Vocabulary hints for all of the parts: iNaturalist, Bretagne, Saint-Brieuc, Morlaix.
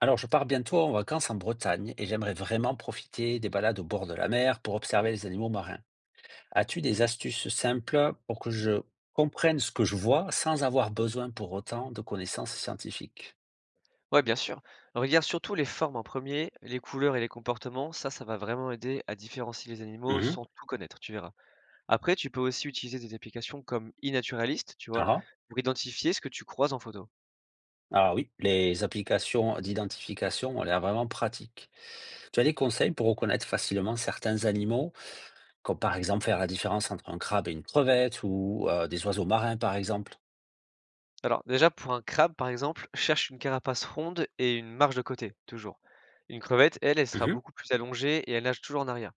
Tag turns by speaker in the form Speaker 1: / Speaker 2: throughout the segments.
Speaker 1: Alors, je pars bientôt en vacances en Bretagne et j'aimerais vraiment profiter des balades au bord de la mer pour observer les animaux marins. As-tu des astuces simples pour que je comprenne ce que je vois sans avoir besoin pour autant de connaissances scientifiques?
Speaker 2: Ouais, bien sûr. Regarde surtout les formes en premier, les couleurs et les comportements. Ça va vraiment aider à différencier les animaux
Speaker 1: Mhm.
Speaker 2: sans tout connaître, tu verras. Après, tu peux aussi utiliser des applications comme iNaturalist, tu vois,
Speaker 1: Ah,
Speaker 2: pour identifier ce que tu croises en photo.
Speaker 1: ah oui, les applications d'identification ont l'air vraiment pratiques. Tu as des conseils pour reconnaître facilement certains animaux, comme par exemple faire la différence entre un crabe et une crevette ou des oiseaux marins, par exemple?
Speaker 2: Alors, déjà, pour un crabe, par exemple, cherche une carapace ronde et une marge de côté, toujours. Une crevette, elle, elle sera
Speaker 1: Mhm.
Speaker 2: beaucoup plus allongée et elle nage toujours en arrière.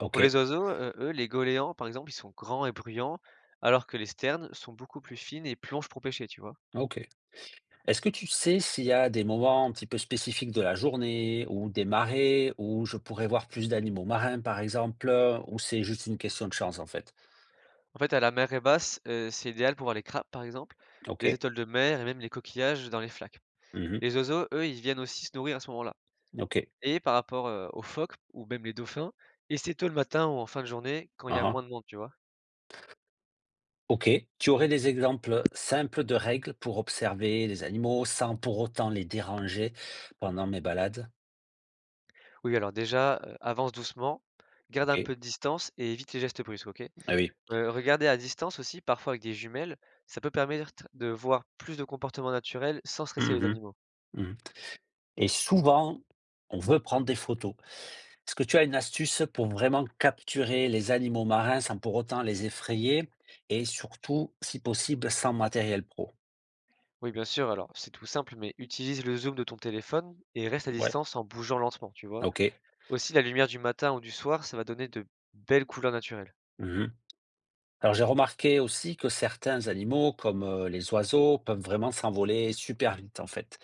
Speaker 1: Ok,
Speaker 2: Pour les oiseaux, eux, les goélands, par exemple, ils sont grands et bruyants, alors que les sternes sont beaucoup plus fines et plongent pour pêcher, tu vois.
Speaker 1: ok. Est-ce que tu sais s'il y a des moments un petit peu spécifiques de la journée ou des marées où je pourrais voir plus d'animaux marins, par exemple, ou c'est juste une question de chance en fait?
Speaker 2: En fait, à la mer est basse, c'est idéal pour voir les crabes, par exemple,
Speaker 1: Ok.
Speaker 2: les étoiles de mer et même les coquillages dans les flaques.
Speaker 1: Mhm.
Speaker 2: Les oiseaux, eux, ils viennent aussi se nourrir à ce moment-là.
Speaker 1: Ok.
Speaker 2: Et par rapport, aux phoques ou même les dauphins, essaie tôt le matin ou en fin de journée quand il y a
Speaker 1: Aha.
Speaker 2: moins de monde, tu vois?
Speaker 1: Ok. Tu aurais des exemples simples de règles pour observer les animaux sans pour autant les déranger pendant mes balades?
Speaker 2: Oui, alors déjà, avance doucement, garde
Speaker 1: Ok.
Speaker 2: un peu de distance et évite les gestes brusques, OK?
Speaker 1: Ah oui.
Speaker 2: Regarder à distance aussi, parfois avec des jumelles, ça peut permettre de voir plus de comportements naturels sans stresser les
Speaker 1: Mhm.
Speaker 2: animaux.
Speaker 1: Mhm. Et souvent, on veut prendre des photos. Est-ce que tu as une astuce pour vraiment capturer les animaux marins sans pour autant les effrayer et surtout, si possible, sans matériel pro?
Speaker 2: Oui, bien sûr, alors c'est tout simple, mais utilise le zoom de ton téléphone et reste à
Speaker 1: Ouais,
Speaker 2: distance en bougeant lentement, tu vois.
Speaker 1: OK.
Speaker 2: Aussi, la lumière du matin ou du soir, ça va donner de belles couleurs naturelles.
Speaker 1: Mhm. Alors j'ai remarqué aussi que certains animaux, comme les oiseaux, peuvent vraiment s'envoler super vite en fait.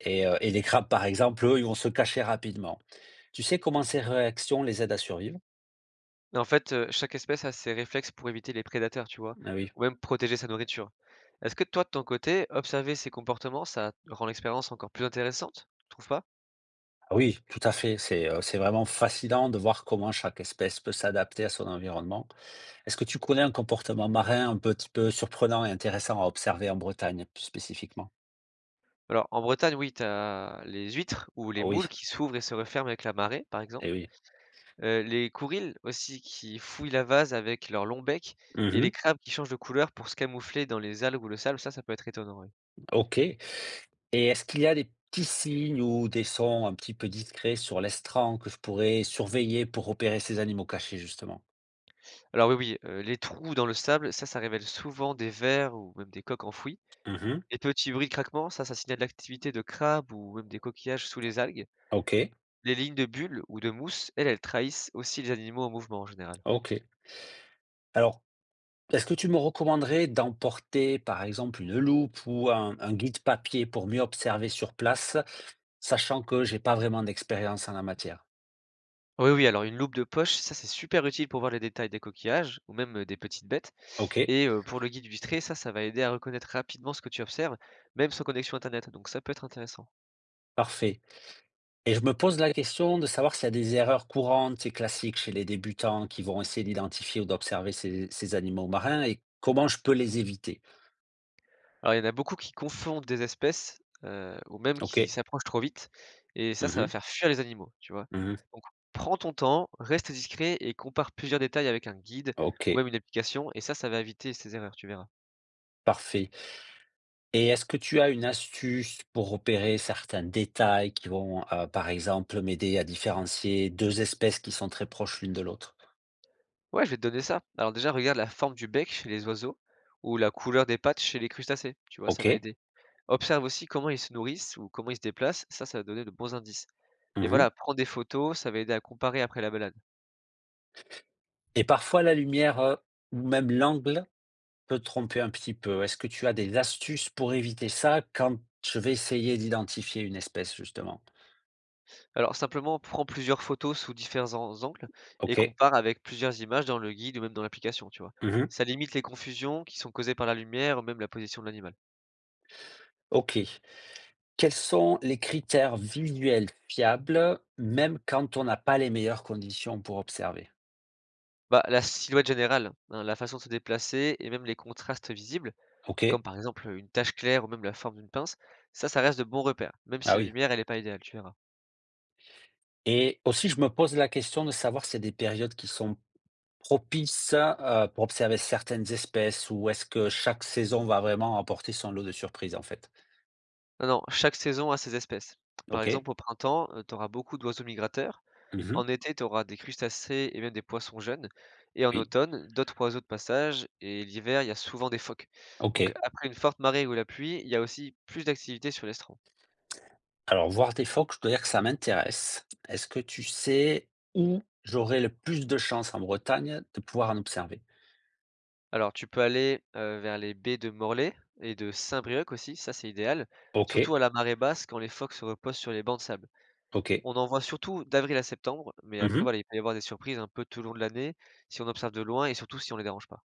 Speaker 1: Et les crabes, par exemple, eux, ils vont se cacher rapidement. Tu sais comment ces réactions les aident à survivre?
Speaker 2: Et en fait, chaque espèce a ses réflexes pour éviter les prédateurs, tu vois,
Speaker 1: Ah oui.
Speaker 2: ou même protéger sa nourriture. Est-ce que toi, de ton côté, observer ces comportements, ça rend l'expérience encore plus intéressante, tu trouves pas?
Speaker 1: Ah oui, tout à fait. C'est vraiment fascinant de voir comment chaque espèce peut s'adapter à son environnement. Est-ce que tu connais un comportement marin un petit peu surprenant et intéressant à observer en Bretagne, plus spécifiquement?
Speaker 2: Alors, en Bretagne, oui, t'as les huîtres ou les
Speaker 1: Ah
Speaker 2: moules
Speaker 1: oui,
Speaker 2: qui s'ouvrent et se referment avec la marée, par
Speaker 1: eh
Speaker 2: exemple.
Speaker 1: oui.
Speaker 2: Les courils aussi qui fouillent la vase avec leur long bec et les
Speaker 1: Mmh.
Speaker 2: crabes qui changent de couleur pour se camoufler dans les algues ou le sable, ça peut être étonnant, oui.
Speaker 1: OK, et est-ce qu'il y a des petits signes ou des sons un petit peu discrets sur l'estran que je pourrais surveiller pour repérer ces animaux cachés, justement?
Speaker 2: Alors oui, oui, les trous dans le sable, ça révèle souvent des vers ou même des coques enfouies.
Speaker 1: Mmh.
Speaker 2: Les petits bruits de craquement, ça signale l'activité de crabes ou même des coquillages sous les algues.
Speaker 1: OK,
Speaker 2: Les lignes de bulles ou de mousse, elles, elles trahissent aussi les animaux en mouvement en général.
Speaker 1: OK. Alors, est-ce que tu me recommanderais d'emporter, par exemple, une loupe ou un guide papier pour mieux observer sur place, sachant que j'ai pas vraiment d'expérience en la matière.
Speaker 2: Oui, oui, alors une loupe de poche, ça c'est super utile pour voir les détails des coquillages ou même des petites bêtes.
Speaker 1: OK,
Speaker 2: Et pour le guide vitré, ça va aider à reconnaître rapidement ce que tu observes, même sans connexion Internet. Donc ça peut être intéressant.
Speaker 1: parfait. Et je me pose la question de savoir s'il y a des erreurs courantes et classiques chez les débutants qui vont essayer d'identifier ou d'observer ces animaux marins et comment je peux les éviter?
Speaker 2: Alors il y en a beaucoup qui confondent des espèces ou même qui
Speaker 1: OK.
Speaker 2: s'approchent trop vite. Et ça,
Speaker 1: Mmh
Speaker 2: ça va
Speaker 1: mh.
Speaker 2: faire fuir les animaux, tu vois.
Speaker 1: Mmh.
Speaker 2: Donc prends ton temps, reste discret et compare plusieurs détails avec un guide ou
Speaker 1: OK,
Speaker 2: même une application. Et ça va éviter ces erreurs, tu verras.
Speaker 1: parfait. Et est-ce que tu as une astuce pour repérer certains détails qui vont, par exemple, m'aider à différencier 2 espèces qui sont très proches l'une de l'autre?
Speaker 2: Ouais, je vais te donner ça. Alors déjà, regarde la forme du bec chez les oiseaux ou la couleur des pattes chez les crustacés. Tu vois, ça va
Speaker 1: OK.
Speaker 2: aider. Observe aussi comment ils se nourrissent ou comment ils se déplacent. Ça va donner de bons indices. Et
Speaker 1: Mmh.
Speaker 2: voilà, prends des photos, ça va aider à comparer après la balade.
Speaker 1: Et parfois la lumière, ou même l'angle peut tromper un petit peu. Est-ce que tu as des astuces pour éviter ça quand je vais essayer d'identifier une espèce justement?
Speaker 2: Alors simplement, prends plusieurs photos sous différents angles et
Speaker 1: OK.
Speaker 2: compare avec plusieurs images dans le guide ou même dans l'application, tu vois.
Speaker 1: Mmh.
Speaker 2: Ça limite les confusions qui sont causées par la lumière ou même la position de l'animal.
Speaker 1: OK. Quels sont les critères visuels fiables, même quand on n'a pas les meilleures conditions pour observer?
Speaker 2: Bah, la silhouette générale, hein, la façon de se déplacer et même les contrastes visibles, comme
Speaker 1: OK.
Speaker 2: par exemple, une tache claire ou même la forme d'une pince, ça reste de bons repères, même
Speaker 1: Ah
Speaker 2: si la
Speaker 1: oui.
Speaker 2: lumière, elle est pas idéale, tu verras.
Speaker 1: Et aussi je me pose la question de savoir s'il y des périodes qui sont propices pour observer certaines espèces, ou est-ce que chaque saison va vraiment apporter son lot de surprises en fait?
Speaker 2: Non, non, chaque saison a ses espèces. Par
Speaker 1: OK.
Speaker 2: exemple, au printemps, tu auras beaucoup d'oiseaux migrateurs,
Speaker 1: Mmh.
Speaker 2: en été, tu auras des crustacés et même des poissons jeunes et en
Speaker 1: Oui.
Speaker 2: automne, d'autres oiseaux de passage et l'hiver, il y a souvent des phoques. Donc
Speaker 1: OK.
Speaker 2: après une forte marée ou la pluie, il y a aussi plus d'activité sur l'estran.
Speaker 1: Alors, voir des phoques, je dois dire que ça m'intéresse. Est-ce que tu sais, j'aurai le plus de chance en Bretagne de pouvoir en observer?
Speaker 2: Alors tu peux aller, vers les baies de Morlaix et de Saint-Brieuc aussi, ça c'est idéal,
Speaker 1: Ok,
Speaker 2: surtout à la marée basse quand les phoques se reposent sur les bancs de sable.
Speaker 1: ok.
Speaker 2: On en voit surtout d'avril à septembre, mais après
Speaker 1: Mhm.
Speaker 2: voilà, il peut y avoir des surprises un peu tout le long de l'année, si on observe de loin et surtout si on les dérange pas.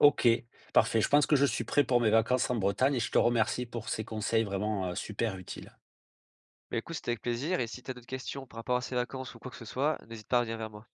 Speaker 1: Ok, parfait. Je pense que je suis prêt pour mes vacances en Bretagne et je te remercie pour ces conseils vraiment super utiles.
Speaker 2: Bah, écoute, c'était avec plaisir et si tu as d'autres questions par rapport à ces vacances ou quoi que ce soit, n'hésite pas à revenir vers moi.